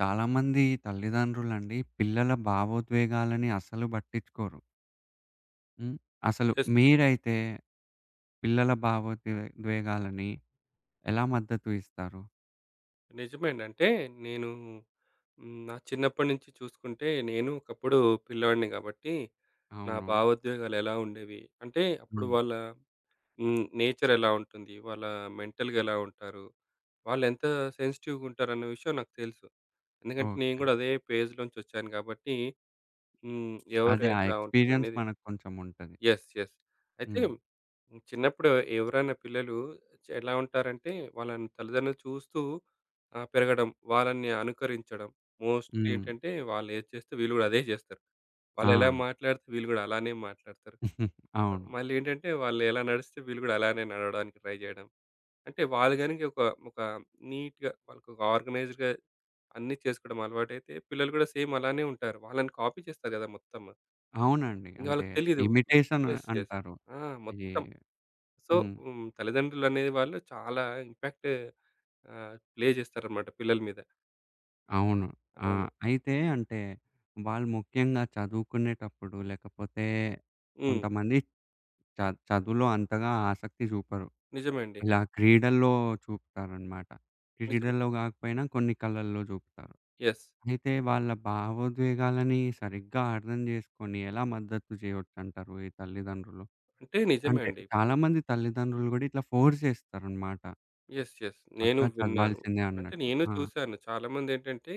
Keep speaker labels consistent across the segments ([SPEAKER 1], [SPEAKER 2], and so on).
[SPEAKER 1] చాలామంది తల్లిదండ్రులండి పిల్లల భావోద్వేగాలని అస్సలు పట్టించుకోరు. హ్మ్. అసలు
[SPEAKER 2] యెస్.
[SPEAKER 1] మీరైతే పిల్లల ద్వేగాలని ఎలా మద్దతు ఇస్తారు?
[SPEAKER 2] నిజమేండి. అంటే నేను నా చిన్నప్పటి నుంచి చూసుకుంటే నేను ఒకప్పుడు పిల్లాడిని కాబట్టి, నా
[SPEAKER 1] అవును.
[SPEAKER 2] భావోద్వేగాలు ఎలా ఉండేవి, అంటే అప్పుడు
[SPEAKER 1] హ్మ్.
[SPEAKER 2] వాళ్ళ నేచర్ ఎలా ఉంటుంది, వాళ్ళ మెంటల్‌గా ఎలా ఉంటారు, వాళ్ళు ఎంత సెన్సిటివ్‌గా ఉంటారన్న విషయం నాకు తెలుసు. ఎందుకంటే నేను
[SPEAKER 1] ఓకే.
[SPEAKER 2] గూడా అదే ఫేజ్‌లోంచి వచ్చాను కాబట్టి హ్మ్. ఎవరు
[SPEAKER 1] అదే ఆ
[SPEAKER 2] ఎట్లా
[SPEAKER 1] ఎక్స్‌పీరియన్స్
[SPEAKER 2] ఉంటారనేది
[SPEAKER 1] మనకు కొంచెం ఉంటది.
[SPEAKER 2] యెస్. యెస్. అయితే
[SPEAKER 1] హ్మ్.
[SPEAKER 2] చిన్నప్పుడు ఎవరైనా పిల్లలు ఎలా ఉంటారంటే, వాళ్ళని తల్లిదండ్రులు చూస్తూ పెరగడం, వాళ్ళని అనుకరించడం. మోస్ట్‌లీ
[SPEAKER 1] హ్మ్.
[SPEAKER 2] ఏంటంటే, వాళ్ళేది చేస్తే వీళ్ళు గూడా అదే జేస్తారు. వాళ్ళెలా
[SPEAKER 1] ఆ!
[SPEAKER 2] మాట్లాడితే వీళ్ళు గూడా అలానే మాట్లాడతారు.
[SPEAKER 1] అవును.
[SPEAKER 2] మళ్ళీ ఏంటంటే, వాళ్ళు ఎలా నడిస్తే వీళ్ళు గూడా అలానే నడవడానికి ట్రై జేయడం. అంటే వాళ్ళు గనుక ఒక నీట్‌గా వాళ్ళకొక ఆర్గనైజ్డ్‌గా అన్నీ చేసుకోవడం అలవాటైతే, పిల్లలు గూడా సేమ్ అలానే ఉంటారు. వాళ్ళని కాపీ చేస్తారు గదా! మొత్తం.
[SPEAKER 1] అవునండి.
[SPEAKER 2] ఇంక
[SPEAKER 1] అంటే
[SPEAKER 2] వాళ్ళకి తెలీదు.
[SPEAKER 1] Imitation
[SPEAKER 2] yes. యెస్.
[SPEAKER 1] అంటారు.
[SPEAKER 2] ఆ!
[SPEAKER 1] ఈ
[SPEAKER 2] మొత్తం సో,
[SPEAKER 1] హ్మ్.
[SPEAKER 2] తల్లిదండ్రులనే వాళ్ళు చాలా ఇంపాక్ట్ ప్లే చేస్తారన్నమాట పిల్లల మీద.
[SPEAKER 1] అవును. ఆ!
[SPEAKER 2] అవును.
[SPEAKER 1] అయితే అంటే వాళ్ళు ముఖ్యంగా చదువుకునేటప్పుడు లేకపోతే
[SPEAKER 2] హ్మ్.
[SPEAKER 1] కొంతమంది చ చదువులో అంతగా ఆసక్తి చూపరు.
[SPEAKER 2] నిజమే అండి.
[SPEAKER 1] ఇలా క్రీడల్లో చూపుతారనమాట.
[SPEAKER 2] నిజమే.
[SPEAKER 1] క్రీడల్లో కాకపోయినా కొన్ని కళల్లో చూపుతారు.
[SPEAKER 2] యెస్.
[SPEAKER 1] అయితే వాళ్ళ భావోద్వేగాలని సరిగ్గా అర్థం చేసుకొని ఎలా మద్దతు చేయొచ్చంటారు ఈ తల్లిదండ్రులు?
[SPEAKER 2] అంటే నిజమే
[SPEAKER 1] అంటే
[SPEAKER 2] అండి. ఇప్పుడు
[SPEAKER 1] చాలామంది తల్లిదండ్రులు కూడా ఇట్లా ఫోర్స్ చేస్తారనమాట.
[SPEAKER 2] యెస్. యెస్. నేను
[SPEAKER 1] పక్కా
[SPEAKER 2] విన్నాను.
[SPEAKER 1] చదవాల్సిందే
[SPEAKER 2] అంటే
[SPEAKER 1] అన్నట్టు.
[SPEAKER 2] నేను
[SPEAKER 1] ఆ!
[SPEAKER 2] చూసాను. చాలామందేంటంటే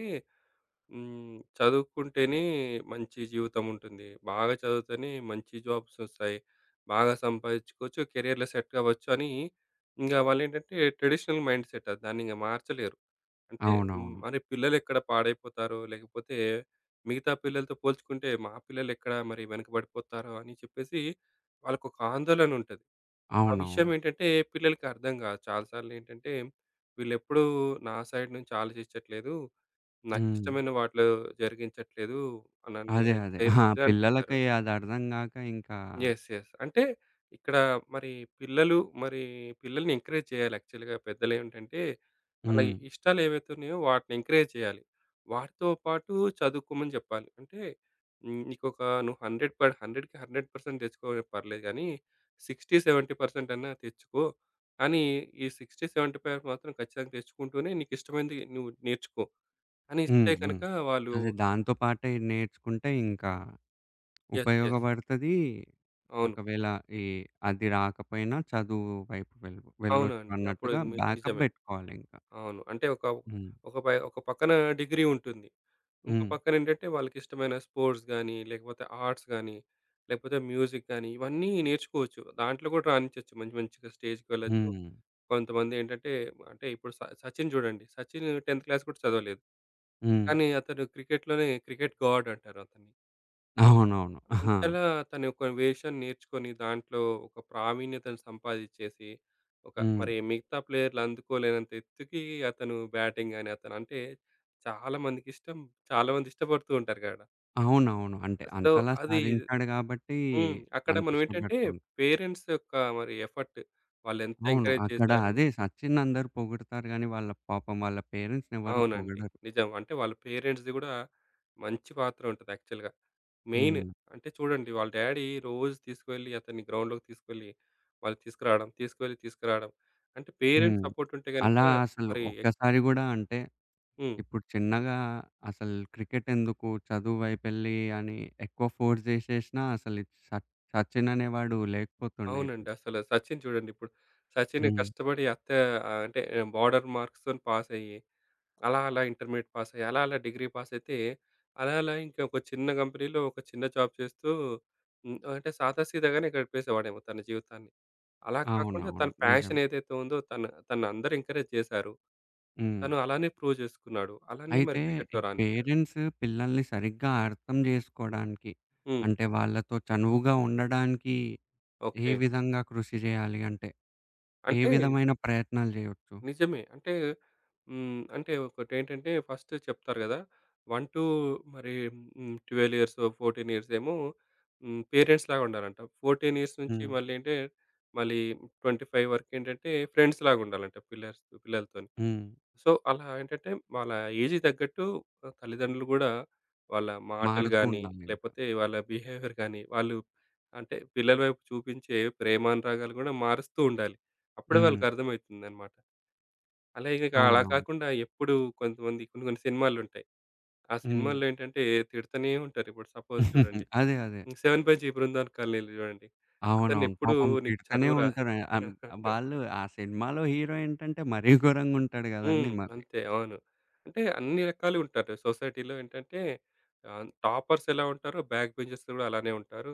[SPEAKER 2] చదువుకుంటేనే మంచి జీవితం ఉంటుంది. బాగా చదివితేనే మంచి జాబ్స్ వస్తాయి. బాగా సంపాదించుకోవచ్చు. కెరియర్‌లో సెట్ అవ్వచ్చు అని ఇంగ వాళ్ళేంటంటే ట్రెడిషనల్ మైండ్‌సెట్ అది. దాన్నింక మార్చలేరు. అంటే
[SPEAKER 1] అవునవును.
[SPEAKER 2] మరి పిల్లలెక్కడ పాడైపోతారో, లేకపోతే మిగతా పిల్లలతో పోల్చుకుంటే మా పిల్లలెక్కడ మరి వెనకబడిపోతారో అని చెప్పేసి వాళ్ళకొక ఆందోళనుంటది. ఆ విషయం
[SPEAKER 1] అవునవును.
[SPEAKER 2] ఏంటంటే పిల్లలకి అర్థం కాదు. చాలా సార్లేంటంటే వీళ్ళెప్పుడూ నా సైడ్ నుంచి ఆలోచించట్లేదు.
[SPEAKER 1] హ్మ్.
[SPEAKER 2] నాకిష్టమైన వాటిలో జరిగించట్లేదు. నన్ను
[SPEAKER 1] అదే. అదే. ఆ!
[SPEAKER 2] చేర్పిచ్చే అనుకుంటారు.
[SPEAKER 1] పిల్లలకి అదర్థం గాక ఇంకా
[SPEAKER 2] యెస్. యెస్. అంటే ఇక్కడ మరి పిల్లలు మరి పిల్లల్ని ఎంకరేజ్ చేయాలి యాక్చువల్‌గా పెద్దలేంటంటే, వాళ్ళ
[SPEAKER 1] హ్మ్.
[SPEAKER 2] ఇష్టాలు ఏవైతే ఉన్నాయో వాటిని ఎంకరేజ్ చేయాలి. వాటితో పాటు చదువుకోమని చెప్పాలి. అంటే నీకొక నువ్వు 100 పర్ 100కి 100% తెచ్చుకో పర్లేదు గానీ, 60, 70% అన్నా తెచ్చుకో. కానీ ఈ 60, 70 మాత్రం ఖచ్చితంగా తెచ్చుకుంటూనే నీకిష్టమైనది నువ్వు నేర్చుకో. అని
[SPEAKER 1] హ్మ్.
[SPEAKER 2] ఇస్తే
[SPEAKER 1] హ్మ్.
[SPEAKER 2] గనక వాళ్ళు
[SPEAKER 1] అదే దాంతో పాటే ఇది నేర్చుకుంటే ఇంకా
[SPEAKER 2] యెస్. యెస్.
[SPEAKER 1] ఉపయోగపడతది.
[SPEAKER 2] అవును.
[SPEAKER 1] ఒకవేళ ఈ అది రాకపోయినా చదువు వైపు వెళ్ళొచ్చు
[SPEAKER 2] అవునండి. అప్పుడు
[SPEAKER 1] అన్నట్టుగా బ్యాకప్
[SPEAKER 2] నిజమే.
[SPEAKER 1] బెట్టుకోవాలింక.
[SPEAKER 2] అవును. అంటే ఒక
[SPEAKER 1] హ్మ్.
[SPEAKER 2] ఒక పై ఒక పక్కన డిగ్రీ ఉంటుంది. ఇంకో
[SPEAKER 1] హ్మ్.
[SPEAKER 2] పక్కన ఏంటంటే వాళ్ళకిష్టమైన స్పోర్ట్స్ గాని, లేకపోతే ఆర్ట్స్ గాని, లేకపోతే మ్యూజిక్ గాని ఇవన్నీ నేర్చుకోవచ్చు. దాంట్లో కూడా రాణించొచ్చు. మంచి మంచిగా స్టేజ్‌కి వెళ్ళొచ్చు.
[SPEAKER 1] హ్మ్.
[SPEAKER 2] కొంతమంది ఏంటంటే అంటే ఇప్పుడు సచిన్ చూడండి. సచిన్ 10థ్ క్లాస్ కూడా చదవలేదు.
[SPEAKER 1] హ్మ్.
[SPEAKER 2] కానీ అతను క్రికెట్‌లోనే క్రికెట్ గాడ్ అంటారు అతన్ని.
[SPEAKER 1] అవునవును. ఆహా!
[SPEAKER 2] అంతలా తను ఒక వేషం నేర్చుకొని దాంట్లో ఒక ప్రావీణ్యతను సంపాదించేసి, ఒక
[SPEAKER 1] హ్మ్.
[SPEAKER 2] మరి మిగతా ప్లేయర్‌లు అందుకోలేనంత ఎత్తుకి అతను బ్యాటింగ్ గాని అతను అంటే చాలా మందికి ఇష్టం. చాలా మంది ఇష్టపడుతూ ఉంటారు గడ.
[SPEAKER 1] అవునవును. అంటే
[SPEAKER 2] సో,
[SPEAKER 1] అంతలా
[SPEAKER 2] అది
[SPEAKER 1] సాధించాడు గాబట్టి
[SPEAKER 2] అక్కడ
[SPEAKER 1] అంత
[SPEAKER 2] మనం ఏంటంటే
[SPEAKER 1] ఇష్టపడుతుం
[SPEAKER 2] పేరెంట్స్ యొక్క మరి ఎఫర్ట్ వాళ్ళెంత
[SPEAKER 1] అవును.
[SPEAKER 2] ఎంకరేజ్
[SPEAKER 1] అక్కడ
[SPEAKER 2] చేశారు
[SPEAKER 1] అదే సచిన్ అందరూ పొగుడుతారు గానీ, వాళ్ళ పాపం వాళ్ళ పేరెంట్స్‌నెవరు
[SPEAKER 2] అవునండి.
[SPEAKER 1] పొగడరు.
[SPEAKER 2] నిజం. అంటే వాళ్ళ పేరెంట్స్‌ది గూడా మంచి పాత్ర ఉంటది యాక్చువల్‌గా. మెయిన్
[SPEAKER 1] హ్మ్.
[SPEAKER 2] అంటే చూడండి వాళ్ళ డ్యాడీ రోజు తీసుకువెళ్ళి అతన్ని గ్రౌండ్‌లోకి తీసుకెళ్ళి, వాళ్ళు తీసుకురావడం, తీసుకువెళ్ళి తీసుకురావడం. అంటే పేరెంట్స్
[SPEAKER 1] హ్మ్.
[SPEAKER 2] సపోర్ట్ ఉంటే గనుక
[SPEAKER 1] అలా అసలు
[SPEAKER 2] మరి
[SPEAKER 1] ఒక్కసారి గూడా అంటే,
[SPEAKER 2] హ్మ్.
[SPEAKER 1] ఇప్పుడు చిన్నగా అసలు క్రికెటెందుకు చదువు వైపెళ్ళి అని ఎక్కువ ఫోర్స్ జేసేసినా అసలు స సచిన్ అనేవాడు లేకపోతుండే
[SPEAKER 2] అవునండి.
[SPEAKER 1] ఇప్పుడు.
[SPEAKER 2] అసలు సచిన్ చూడండి ఇప్పుడు. సచిన్
[SPEAKER 1] హ్మ్.
[SPEAKER 2] కష్టపడి అంటే బోర్డర్ మార్క్స్‌తోని పాస్ అయ్యి, అలా అలా ఇంటర్మీడియేట్ పాస్ అయ్యి, అలా అలా డిగ్రీ పాస్ అయితే, అలా అలా ఇంకా ఒక చిన్న కంపెనీలో ఒక చిన్న జాబ్ చేస్తూ అంటే సాదాసీదాగానే గడిపేసేవాడేమో తన జీవితాన్ని. అలా కాకుండా తన
[SPEAKER 1] అవునవును. నిజం.
[SPEAKER 2] ప్యాషన్ ఏదైతే ఉందో తను తనని అందరూ ఎంకరేజ్ చేశారు.
[SPEAKER 1] హ్మ్.
[SPEAKER 2] తను అలానే ప్రూవ్ చేసుకున్నాడు. అలానే మరి
[SPEAKER 1] అయితే
[SPEAKER 2] క్రికెట్‌లో
[SPEAKER 1] ఈ
[SPEAKER 2] రాణించాడు.
[SPEAKER 1] పేరెంట్స్ పిల్లల్ని సరిగ్గా అర్థం జేసుకోడానికి,
[SPEAKER 2] హ్మ్.
[SPEAKER 1] అంటే వాళ్ళతో చనువుగా ఉండడానికి ఏ
[SPEAKER 2] ఓకే.
[SPEAKER 1] విధంగా కృషి జేయాలి అంటే? ఏ
[SPEAKER 2] అంటే
[SPEAKER 1] విధమైన ప్రయత్నాలు జేయొచ్చు?
[SPEAKER 2] నిజమే. అంటే అంటే ఒకటేంటంటే ఫస్ట్ చెప్తారు గదా! 1 టూ మరి 12 ఇయర్సో, 14 ఇయర్స్ ఏమో పేరెంట్స్ లాగా ఉండాలంట. 14 ఇయర్స్ నుంచి
[SPEAKER 1] హ్మ్.
[SPEAKER 2] మళ్ళీ 25 వరకేంటంటే ఫ్రెండ్స్ లాగా ఉండాలంట పిల్లర్స్ పిల్లలతోని.
[SPEAKER 1] హ్మ్.
[SPEAKER 2] సో, అలా ఏంటంటే వాళ్ళ ఏజ్‌కి తగ్గట్టు తల్లిదండ్రులు గూడా వాళ్ళ మాటలు
[SPEAKER 1] మారుతూ
[SPEAKER 2] గాని,
[SPEAKER 1] ఉండాలింక.
[SPEAKER 2] లేపోతే వాళ్ళ బిహేవియర్ గాని, వాళ్ళు అంటే పిల్లల వైపు చూపించే ప్రేమానురాగాలు గూడా మారుస్తూ ఉండాలి. అప్పుడే
[SPEAKER 1] హ్మ్.
[SPEAKER 2] వాళ్ళకర్థమైతుందనమాట. అలాగే ఇక అలా
[SPEAKER 1] అవునవును.
[SPEAKER 2] కాకుండా ఎప్పుడు కొంతమంది కొన్ని కొన్ని సినిమాలుంటాయి. ఆ
[SPEAKER 1] హ్మ్.
[SPEAKER 2] సినిమాల్లో ఏంటంటే తిడతనే ఉంటారు. ఇప్పుడు సపోజ్ జూడండి.
[SPEAKER 1] అదే. అదే.
[SPEAKER 2] 'సెవెన్ బై జీ బృందావన్ కాలనీలో' జూడండి.
[SPEAKER 1] అవునవును.
[SPEAKER 2] అతనెప్పుడు
[SPEAKER 1] పాపం
[SPEAKER 2] నీకు
[SPEAKER 1] తిడతనే
[SPEAKER 2] చదువు రా
[SPEAKER 1] ఉంటారు. వాళ్ళు ఆ సినిమాలో హీరో ఏంటంటే మరీ ఘోరంగా ఉంటాడు గదండీ
[SPEAKER 2] హ్మ్.
[SPEAKER 1] మరి.
[SPEAKER 2] అంతే. అవును. అంటే అన్ని రకాలు ఉంటారు. సొసైటీలో ఏంటంటే టాపర్స్ ఎలా ఉంటారో బ్యాక్ బెంచర్స్ కూడా అలానే ఉంటారు.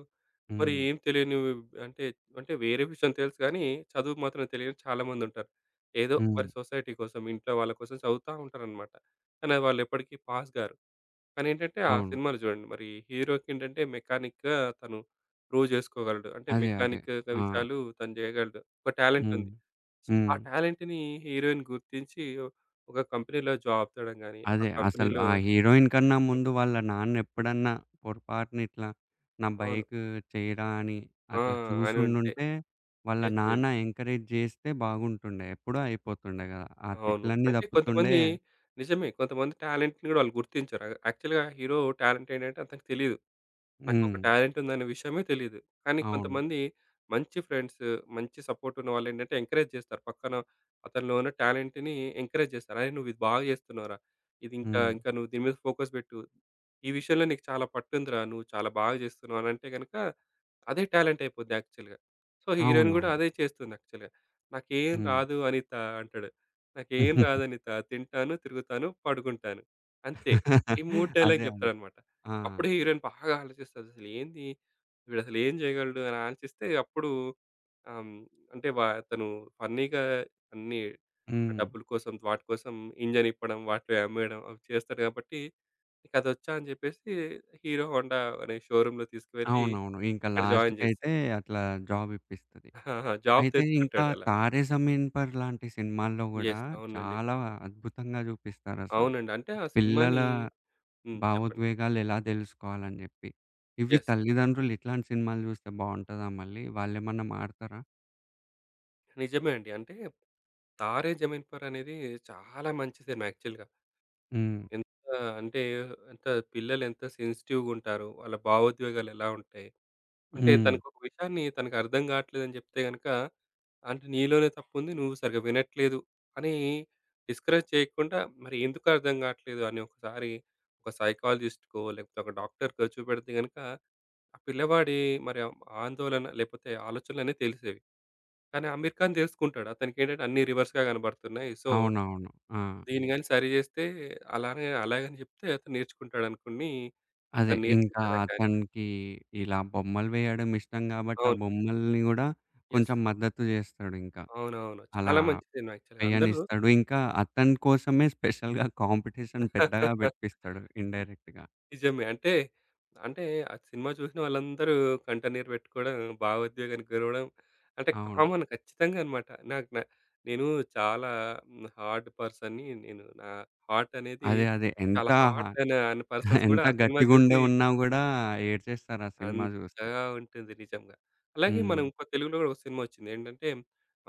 [SPEAKER 2] మరి
[SPEAKER 1] హ్మ్.
[SPEAKER 2] ఏం తెలియని అంటే, అంటే వేరే విషయం తెలుసు కానీ చదువు మాత్రం తెలియని చాలామంది ఉంటారు. ఏదో
[SPEAKER 1] హ్మ్.
[SPEAKER 2] మరి సొసైటీ కోసం, ఇంట్లో వాళ్ళ కోసం చదువుతా ఉంటారనమాట. కానీ వాళ్ళు ఎప్పటికీ పాస్ గారు. కానీ ఏంటంటే, ఆ
[SPEAKER 1] అవును.
[SPEAKER 2] సినిమాలో చూడండి మరి హీరోకేంటంటే మెకానిక్‌గా తను ప్రూవ్ జేసుకోగలడు. అంటే
[SPEAKER 1] అదే. అదే.
[SPEAKER 2] మెకానిక్‌గా
[SPEAKER 1] ఆ!
[SPEAKER 2] విషయాలు తను జేయగలడు. ఒక టాలెంట్
[SPEAKER 1] హ్మ్.
[SPEAKER 2] ఉంది. సో,
[SPEAKER 1] హ్మ్.
[SPEAKER 2] ఆ టాలెంట్‌ని హీరోయిన్ గుర్తించి ఒక కంపెనీలో జాబ్ తెవడం గాని, ఆ
[SPEAKER 1] అదే. అసలు
[SPEAKER 2] కంపెనీలో
[SPEAKER 1] ఆ హీరోయిన్ కన్నా ముందు వాళ్ళ నాన్నెప్పుడన్నా పొరపాటున ఇట్లా నా
[SPEAKER 2] అవును.
[SPEAKER 1] బైకు చెయ్యరా అని
[SPEAKER 2] ఆ!
[SPEAKER 1] అట్లా
[SPEAKER 2] అని ఉంటాయి.
[SPEAKER 1] చూసుండుంటే, వాళ్ళ
[SPEAKER 2] యెస్.
[SPEAKER 1] నాన్న
[SPEAKER 2] యెస్.
[SPEAKER 1] ఎంకరేజ్ జేస్తే బాగుంటుండే. ఎప్పుడో అయిపోతుండే గదా! ఆ
[SPEAKER 2] అవును.
[SPEAKER 1] తిట్లన్నీ
[SPEAKER 2] అంటే
[SPEAKER 1] తప్పుతుండే.
[SPEAKER 2] కొంతమంది నిజమే. కొంతమంది టాలెంట్‌ని గూడా వాళ్ళు గుర్తించరు. యాక్చువల్‌గా హీరో టాలెంట్ ఏంటంటే అతనికి తెలీదు. నాకొక
[SPEAKER 1] హ్మ్.
[SPEAKER 2] టాలెంట్ ఉందనే విషయమే తెలీదు. కానీ
[SPEAKER 1] అవును.
[SPEAKER 2] కొంతమంది మంచి ఫ్రెండ్స్, మంచి సపోర్ట్ ఉన్న వాళ్ళేంటంటే ఎంకరేజ్ చేస్తారు. పక్కన అతనిలో ఉన్న టాలెంట్‌ని ఎంకరేజ్ చేస్తారు. "అరేయ్! నువ్వు ఇది బాగా చేస్తున్నావురా. ఇది ఇంకా
[SPEAKER 1] హ్మ్.
[SPEAKER 2] ఇంకా నువ్వు దీని మీద ఫోకస్ పెట్టు. ఈ విషయంలో నీకు చాలా పట్టుందిరా. నువ్వు చాలా బాగా చేస్తున్నావు" అనంటే గనుక అదే టాలెంట్ అయిపోద్ది యాక్చువల్‌గా. సో, హీరోయిన్ గూడా
[SPEAKER 1] అవునవును.
[SPEAKER 2] అదే చేస్తుంది యాక్చువల్‌గా. "నాకేం
[SPEAKER 1] హ్మ్.
[SPEAKER 2] రాదు అనిత" అంటాడు. "నాకేం రాదు అనిత. తింటాను, తిరుగుతాను, పడుకుంటాను. అంతే." ఈ 3 డైలాగ్
[SPEAKER 1] అదే. అదే.
[SPEAKER 2] చెప్తాడన్నమాట.
[SPEAKER 1] ఆ!
[SPEAKER 2] అప్పుడే హీరోయిన్ బాగా ఆలోచిస్తది. అసలు ఏంది వీడసలు ఏం చేయగలడు అని ఆలోచిస్తే అప్పుడు ఆహ్, హ్మ్, అంటే తను ఫన్నీగా అన్నీ
[SPEAKER 1] హ్మ్.
[SPEAKER 2] డబ్బుల కోసం వాటి కోసం ఇంజిన్ ఇప్పడం, వాటిలో అమ్మేయడం అవి చేస్తాడు కాబట్టి నీకదొచ్చా అని చెప్పేసి హీరో హోండా అనే షోరూమ్‌లో తీసుకువెళ్ళి
[SPEAKER 1] అవునవును. ఇంకా
[SPEAKER 2] అక్కడ జాయిన్ చేస్తాడు.
[SPEAKER 1] లాస్ట్‌కైతే అట్లా జాబిప్పిస్తది.
[SPEAKER 2] జాబ్
[SPEAKER 1] అయితే ఇంకా
[SPEAKER 2] తెచ్చుకుంటాడు అలా.
[SPEAKER 1] 'తారే జమీన్ పర్' లాంటి సినిమాల్లో గూడా
[SPEAKER 2] యెస్. అవునండి.
[SPEAKER 1] చాలా అద్భుతంగా జూపిస్తారసలు.
[SPEAKER 2] అవునండి. అంటే ఆ
[SPEAKER 1] పిల్లల
[SPEAKER 2] సినిమాని చెప్పండి.
[SPEAKER 1] భావోద్వేగాలు ఎలా దెలుసుకోవాలని జెప్పి. ఇవి
[SPEAKER 2] యెస్.
[SPEAKER 1] తల్లిదండ్రులు ఇట్లాంటి సినిమాలు జూస్తే బావుంటదా మళ్ళీ? వాళ్ళేమన్నా మారతారా?
[SPEAKER 2] నిజమే అండి. అంటే 'తారే జమీన్ పర్' అనేది చాలా మంచి సినిమా యాక్చువల్‌గా.
[SPEAKER 1] హ్మ్.
[SPEAKER 2] ఎంత అంటే ఎంత పిల్లలు ఎంత సెన్సిటివ్‌గా ఉంటారు. వాళ్ళ భావోద్వేగాలు ఎలా ఉంటాయి? అంటే
[SPEAKER 1] హ్మ్.
[SPEAKER 2] తనకొక విషయాన్ని తనకు అర్థం కావట్లేదని చెప్తే గనుక, అంటే నీలోనే తప్పుంది. నువ్వు సరిగ్గా వినట్లేదు అని డిస్కరేజ్ చేయకుండా మరి ఎందుకు అర్థం కావట్లేదు అని ఒకసారి ఒక సైకాలజిస్ట్‌కో లేకపోతే ఒక డాక్టర్‌కో చూపెడితే గనుక ఆ పిల్లవాడి మరి ఆ ఆందోళన లేకపోతే ఆలోచనలన్నీ తెలిసేవి. కానీ అమీర్ ఖాన్ తెలుసుకుంటాడు. అతనికేంటంటే అన్నీ రివర్స్‌గా కనబడుతున్నాయి. సో,
[SPEAKER 1] అవునవును. ఆ!
[SPEAKER 2] దీన్ని గాని సరి చేస్తే అలానే అలాగని చెప్తే అతను నేర్చుకుంటాడనుకుని
[SPEAKER 1] అదే
[SPEAKER 2] అతను
[SPEAKER 1] ఇంకా
[SPEAKER 2] నేర్పించడం కానీ
[SPEAKER 1] అతనికి ఇలా బొమ్మలు వేయడం ఇష్టం గాబట్టి, ఆ
[SPEAKER 2] అవును.
[SPEAKER 1] బొమ్మల్ని గూడా
[SPEAKER 2] యెస్.
[SPEAKER 1] కొంచెం మద్దతు జేస్తాడింకా.
[SPEAKER 2] అవునవును.
[SPEAKER 1] అలా
[SPEAKER 2] చాలా మంచి సినిమా యాక్చువల్‌గా. అందరూ
[SPEAKER 1] వ్యయనిస్తాడు. ఇంకా అతని కోసమే స్పెషల్‌గా కాంపిటీషన్ పెద్దగా పెట్టిపిస్తాడు ఇండైరెక్ట్‌గా.
[SPEAKER 2] నిజమే. అంటే ఆ సినిమా చూసిన వాళ్ళందరూ కంటన్నీరు పెట్టుకోవడం, భావోద్వేగానికి గురవ్వడం అంటే
[SPEAKER 1] అవును.
[SPEAKER 2] కామన్ ఖచ్చితంగా అనమాట. నాకు నేను చాలా హార్డ్ పర్సన్‌ని. నేను నా హార్ట్ అనేది
[SPEAKER 1] అదే. అదే. ఎంత
[SPEAKER 2] చాలా హార్ట్ అనే అనే పర్సన్స్ కూడా
[SPEAKER 1] ఎంత
[SPEAKER 2] ఆ సినిమా
[SPEAKER 1] గట్టిగుండే
[SPEAKER 2] చూసి
[SPEAKER 1] ఉన్నా గూడా ఏడ్చేస్తారు ఆ సినిమా జూస్తే.
[SPEAKER 2] అంతగా ఉంటుంది నిజంగా. అలాగే
[SPEAKER 1] హ్మ్.
[SPEAKER 2] మనం ఇంకో తెలుగులో కూడా ఒక సినిమా వచ్చింది. ఏంటంటే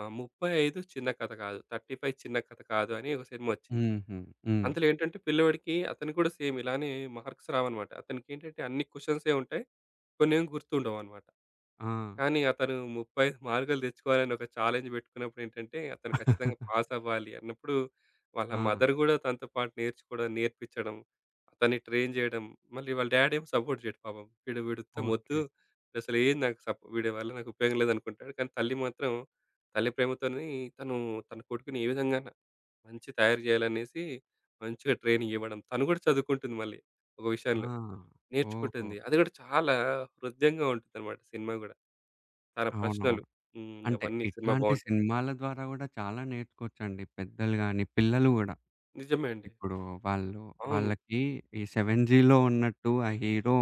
[SPEAKER 2] 35 చిన్న కథ కాదు, 35 చిన్న కథ కాదు అని ఒక సినిమా వచ్చింది.
[SPEAKER 1] హుహు. హ్మ్.
[SPEAKER 2] అందులో ఏంటంటే పిల్లవాడికి అతనికి కూడా సేమ్ ఇలానే మార్క్స్ రావనమాట. అతనికేంటంటే అన్ని క్వెషన్సే ఉంటాయి. కొన్నేమో గుర్తుండవనమాట.
[SPEAKER 1] ఆ!
[SPEAKER 2] కానీ అతను 30 మార్కులు తెచ్చుకోవాలని ఒక ఛాలెంజ్ పెట్టుకున్నప్పుడు ఏంటంటే, అతను ఖచ్చితంగా పాస్ అవ్వాలి అన్నప్పుడు, వాళ్ళ
[SPEAKER 1] ఆ!
[SPEAKER 2] మదర్ గూడా తనతో పాటు నేర్చుకోవడం, నేర్పించడం, అతన్ని ట్రైన్ జేయడం, మళ్ళీ వాళ్ళ డ్యాడ్ ఏమో సపోర్ట్ చేయడు పాపం. వీడు వీడు ఉత్తమ్ వద్దు.
[SPEAKER 1] ఓకే.
[SPEAKER 2] అసలు ఏం నాకు వీడి వల్ల నాకు ఉపయోగం లేదనుకుంటాడు. కానీ తల్లి మాత్రం, తల్లి ప్రేమతోని తను తన కొడుకుని ఏ విధంగాన మంచి తయారు చేయాలనేసి, మంచిగా ట్రైనింగ్ ఇవ్వడం. తను గూడా చదువుకుంటుంది మళ్ళీ ఒక
[SPEAKER 1] ఆ!
[SPEAKER 2] విషయంలో.
[SPEAKER 1] ఓహో!
[SPEAKER 2] నేర్చుకుంటుంది. అది గూడా చాలా హృద్యంగా ఉంటుందన్నమాట సినిమా గూడా. తన ప్రశ్నలు.
[SPEAKER 1] అవునవును.
[SPEAKER 2] హ్మ్.
[SPEAKER 1] అంటే
[SPEAKER 2] అవన్నీ సినిమా
[SPEAKER 1] ఇట్లాంటి
[SPEAKER 2] బావుంటది.
[SPEAKER 1] సినిమాల ద్వారా గూడా చాలా నేర్చుకోవచ్చండి పెద్దలు గాని, పిల్లలు గూడా.
[SPEAKER 2] నిజమే అండి.
[SPEAKER 1] ఇప్పుడు వాళ్ళు
[SPEAKER 2] అవును.
[SPEAKER 1] వాళ్ళకి ఈ 'సెవెన్ జీలో' ఉన్నట్టు ఆ హీరో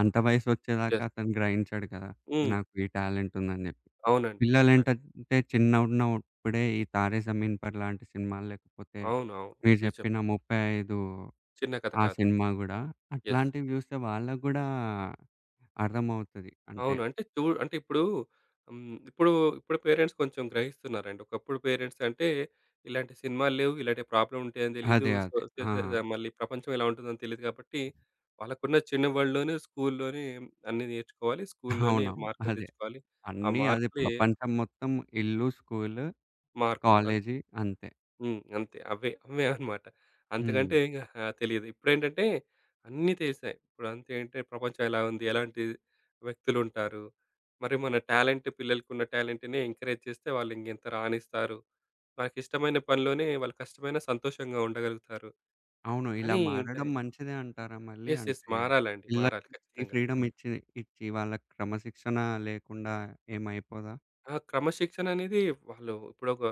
[SPEAKER 1] అంత వయసొచ్చేదాకా
[SPEAKER 2] యెస్.
[SPEAKER 1] అతను గ్రహించాడు కదా!
[SPEAKER 2] హ్మ్.
[SPEAKER 1] నాకు ఈ టాలెంట్ ఉందని జెప్పి.
[SPEAKER 2] అవునండి. అట్లాంటి
[SPEAKER 1] పిల్లలేంటంటే చిన్నగున్నప్పుడే ఈ 'తారే జమీన్ పర్' లాంటి సినిమాలు లేకపోతే
[SPEAKER 2] అవును. అవును.
[SPEAKER 1] మీరు జెప్పిన
[SPEAKER 2] నిజమే.
[SPEAKER 1] '35'
[SPEAKER 2] చిన్న కథ
[SPEAKER 1] ఆ
[SPEAKER 2] కాదు.
[SPEAKER 1] సినిమా గూడా
[SPEAKER 2] యెస్.
[SPEAKER 1] అట్లాంటివి జూస్తే వాళ్ళకి గూడా అర్థమవుతది. అంటే
[SPEAKER 2] అవును. అంటే అంటే ఇప్పుడు ఇప్పుడు ఇప్పుడు పేరెంట్స్ కొంచెం గ్రహిస్తున్నారండి. ఒకప్పుడు పేరెంట్స్ అంటే ఇలాంటి సినిమాలు లేవు. ఇలాంటి ప్రాబ్లమ్ ఉంటాయని తెలీదు.
[SPEAKER 1] అదే.
[SPEAKER 2] సో,
[SPEAKER 1] అదే. ఆ!
[SPEAKER 2] చేసే మళ్ళీ ప్రపంచం ఎలా ఉంటుందని తెలీదు కాబట్టి వాళ్ళకున్న చిన్న వరల్డ్‌లోనే స్కూల్‌లోనే అన్నీ నేర్చుకోవాలి. స్కూల్‌లోనే
[SPEAKER 1] అవునవును.
[SPEAKER 2] మార్కులు
[SPEAKER 1] అదే.
[SPEAKER 2] తెచ్చుకోవాలి. ఆ
[SPEAKER 1] అన్నీ అదే
[SPEAKER 2] మార్కులే
[SPEAKER 1] ప్రపంచం మొత్తం ఇల్లు, స్కూలు,
[SPEAKER 2] మార్కులు.
[SPEAKER 1] కాలేజీ అంతే.
[SPEAKER 2] హ్మ్. అంతే. అవే. అవే అన్నమాట.
[SPEAKER 1] హ్మ్.
[SPEAKER 2] అంతకంటే ఇంగ తెలీదు. ఇప్పుడేంటంటే అన్నీ తెలిసాయి. ఇప్పుడంతే అంటే ప్రపంచం ఎలా ఉంది? ఎలాంటి వ్యక్తులుంటారు? మరి మన టాలెంట్ పిల్లలకున్న టాలెంట్‌ని ఎంకరేజ్ చేస్తే వాళ్ళు ఇంగింత రాణిస్తారు. వాళ్ళకిష్టమైన పనిలోనే వాళ్ళు కష్టమైన సంతోషంగా ఉండగలుగుతారు
[SPEAKER 1] అవును. ఇలా
[SPEAKER 2] అని
[SPEAKER 1] మారడం
[SPEAKER 2] ఉంటాయి.
[SPEAKER 1] మంచిదే అంటారా మళ్ళీ?
[SPEAKER 2] యెస్. యెస్.
[SPEAKER 1] అంటే
[SPEAKER 2] మారాలండి. మారాలి
[SPEAKER 1] పిల్లలకి ఈ
[SPEAKER 2] ఖచ్చితంగా.
[SPEAKER 1] ఫ్రీడమ్ ఇచ్చి, ఇచ్చి వాళ్ళకి క్రమశిక్షణ లేకుండా ఏమైపోదా?
[SPEAKER 2] ఆ క్రమశిక్షణ అనేది వాళ్ళు ఇప్పుడొక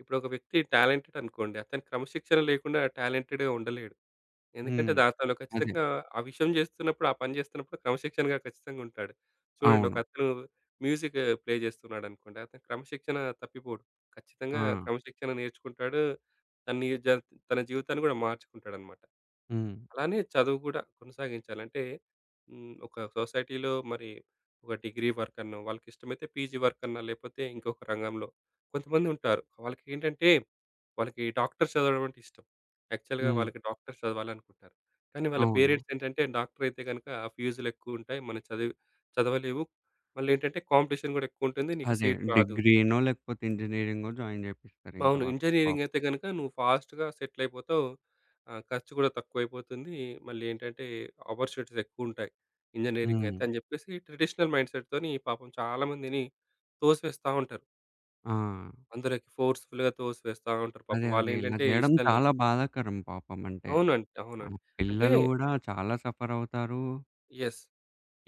[SPEAKER 2] ఇప్పుడొక వ్యక్తి టాలెంటెడ్ అనుకోండి. అతను క్రమశిక్షణ లేకుండా టాలెంటెడ్‌గా ఉండలేడు. ఎందుకంటే
[SPEAKER 1] హ్మ్.
[SPEAKER 2] దాంట్లో
[SPEAKER 1] అదే.
[SPEAKER 2] ఖచ్చితంగా ఆ విషయం చేస్తున్నప్పుడు, ఆ పని చేస్తున్నప్పుడు క్రమశిక్షణగా ఖచ్చితంగా ఉంటాడు. చూడండి ఒక
[SPEAKER 1] అవును.
[SPEAKER 2] అతను మ్యూజిక్ ప్లే చేస్తున్నాడనుకోండి. అతను క్రమశిక్షణ తప్పిపోడు.
[SPEAKER 1] ఆ!
[SPEAKER 2] ఖచ్చితంగా క్రమశిక్షణ నేర్చుకుంటాడు. తన్ని జ తన జీవితాన్ని కూడా మార్చుకుంటాడనమాట.
[SPEAKER 1] హ్మ్.
[SPEAKER 2] అలానే చదువు కూడా కొనసాగించాలంటే ఒక సొసైటీలో మరి ఒక డిగ్రీ వర్క్ అనో, వాళ్ళకిష్టమైతే పీజీ వర్క్ అన్నా, లేకపోతే ఇంకొక రంగంలో కొంతమందుంటారు. వాళ్ళకి ఏంటంటే వాళ్ళకి డాక్టర్ చదవడం అంటే ఇష్టం. యాక్చువల్‌గా
[SPEAKER 1] హ్మ్.
[SPEAKER 2] వాళ్ళకి డాక్టర్స్ చదవాలనుకుంటారు. కానీ వాళ్ళ
[SPEAKER 1] అవును.
[SPEAKER 2] పేరెంట్స్ ఏంటంటే డాక్టర్ అయితే గనుక ఫీజులు ఎక్కువుంటాయి. మనం చదివి చదవలేవు. మళ్ళేంటంటే కాంపిటీషన్ గూడా ఎక్కువుంటుంది. నీకు
[SPEAKER 1] అదే
[SPEAKER 2] సీట్ రాదు.
[SPEAKER 1] డిగ్రీనో లేకపోతే ఇంజినీరింగో జాయిన్ జేపిస్తారింక
[SPEAKER 2] అవును.
[SPEAKER 1] వాళ్ళు పాపం.
[SPEAKER 2] ఇంజినీరింగ్ అయితే గనుక నువ్వు ఫాస్ట్‌గా సెటిల్ అయిపోతావు. ఖర్చు కూడా తక్కువైపోతుంది. మళ్ళీ ఏంటంటే ఆపర్చునిటీస్ ఎక్కువుంటాయి. ఇంజినీరింగ్
[SPEAKER 1] హ్మ్.
[SPEAKER 2] అయితే అని జెప్పేసి ట్రెడిషనల్ మైండ్ సెట్‌తోని పాపం చాలామందిని తోసివేస్తా ఉంటారు.
[SPEAKER 1] ఆ!
[SPEAKER 2] అందులోకి ఫోర్స్‌ఫుల్‌గా తోసివేస్తా ఉంటారు పాపం.
[SPEAKER 1] అదే. అదే. ఇలా
[SPEAKER 2] వాళ్ళేంటంటే
[SPEAKER 1] జేయడం
[SPEAKER 2] ఇష్టం లేక
[SPEAKER 1] చాలా బాధాకరం పాపం. అంటే
[SPEAKER 2] అవునండి.
[SPEAKER 1] ఆ
[SPEAKER 2] అవునండి. అంటే
[SPEAKER 1] పిల్లలు గూడా చాలా సఫరవుతారు.
[SPEAKER 2] యెస్.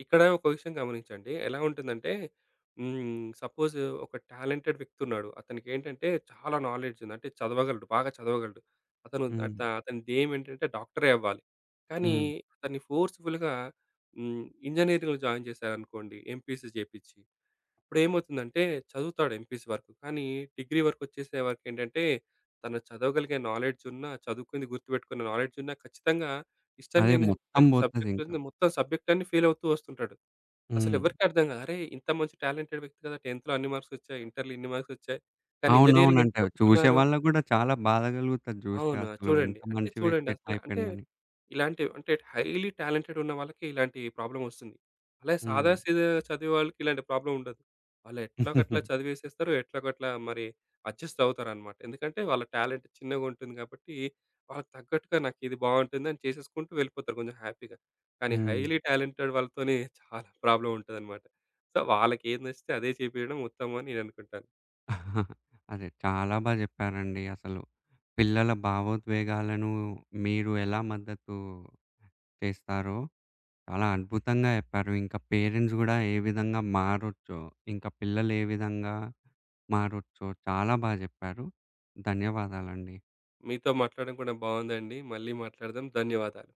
[SPEAKER 2] ఇక్కడ ఒక విషయం గమనించండి. ఎలా ఉంటుందంటే సపోజ్ ఒక టాలెంటెడ్ వ్యక్తి ఉన్నాడు. అతనికేంటంటే చాలా నాలెడ్జ్ ఉంది. అంటే చదవగలడు. బాగా చదవగలడు. అతను
[SPEAKER 1] హ్మ్.
[SPEAKER 2] అత అతని ధ్యేయం ఏంటంటే డాక్టరే అవ్వాలి. కానీ
[SPEAKER 1] హ్మ్.
[SPEAKER 2] అతన్ని ఫోర్స్‌ఫుల్‌గా హ్మ్. ఇంజినీరింగ్‌లో జాయిన్ చేశారనుకోండి ఎంపీసీ చేపిచ్చి. ఇప్పుడేమవుతుందంటే చదువుతాడు ఎంపీసీ వరకు. కానీ డిగ్రీ వరకొచ్చేసే వరకేంటంటే, తను చదవగలిగే నాలెడ్జ్ ఉన్నా, చదువుకుంది గుర్తుపెట్టుకున్న నాలెడ్జ్ ఉన్నా ఖచ్చితంగా ఇష్టం
[SPEAKER 1] అదే
[SPEAKER 2] లేని
[SPEAKER 1] మొత్తం బోతదింక.
[SPEAKER 2] సబ్జెక్ట్‌లన్నీ ఫెయిల్ అవుతూ వస్తుంటాడు.
[SPEAKER 1] హ్మ్.
[SPEAKER 2] అసలెవరికీ అర్థం కాదు. అరే! ఇంత మంచి టాలెంటెడ్ వ్యక్తి కదా! 10థ్‌లో అన్ని మార్క్స్ వచ్చాయి. ఇంటర్‌లో ఇన్ని మార్క్స్ వచ్చాయి. కానీ
[SPEAKER 1] అవునవును.
[SPEAKER 2] ఇంజినీరింగ్
[SPEAKER 1] అంటే
[SPEAKER 2] ఎందుకు
[SPEAKER 1] చూసే
[SPEAKER 2] వదులుకున్నారు?
[SPEAKER 1] వాళ్ళకి గూడా చాలా బాధ కలుగుతది జూస్తే
[SPEAKER 2] అవునా!
[SPEAKER 1] అసలు ఎంత
[SPEAKER 2] చూడండి. అంటే
[SPEAKER 1] మంచి వ్యక్తి
[SPEAKER 2] చూడండి
[SPEAKER 1] ఎట్లా
[SPEAKER 2] అసల అంటే
[SPEAKER 1] అయిపోయిండని.
[SPEAKER 2] ఇలాంటివి అంటే హైలీ టాలెంటెడ్ ఉన్న వాళ్ళకి ఇలాంటి ప్రాబ్లమ్ ఒస్తుంది. అలాగే సాదా
[SPEAKER 1] హ్మ్.
[SPEAKER 2] సీదా చదివే వాళ్ళకి ఇలాంటి ప్రాబ్లమ్ ఉండదు. వాళ్ళు ఎట్లాగట్లా చదివేసేస్తారు. ఎట్లాగట్లా మరి అడ్జస్ట్ అవుతారనమాట. ఎందుకంటే వాళ్ళ టాలెంట్ చిన్నగుంటుంది కాబట్టి, వాళ్ళకి తగ్గట్టుగా నాకిది బావుంటుందని చేసేసుకుంటూ వెళ్ళిపోతారు కొంచెం హ్యాపీగా. కానీ
[SPEAKER 1] హ్మ్.
[SPEAKER 2] హైలీ టాలెంటెడ్ వాళ్ళతోని చాలా ప్రాబ్లమ్ ఉంటదనమాట. సో, వాళ్ళకేది నచ్చితే అదే చేపియడం ఉత్తమం అని నేననుకుంటాను.
[SPEAKER 1] అదే చాలా బా జెప్పారండి అసలు. పిల్లల భావోద్వేగాలను మీరు ఎలా మద్దతు చేస్తారో చాలా అద్భుతంగా జెప్పారు. ఇంకా పేరెంట్స్ గూడా ఏ విధంగా మారొచ్చో, ఇంకా పిల్లలు ఏ విధంగా మారొచ్చో చాలా బా జెప్పారు. ధన్యవాదాలండి.
[SPEAKER 2] మీతో మాట్లాడడం కూడా బావుందండి. మళ్ళీ మాట్లాడదాం. ధన్యవాదాలు.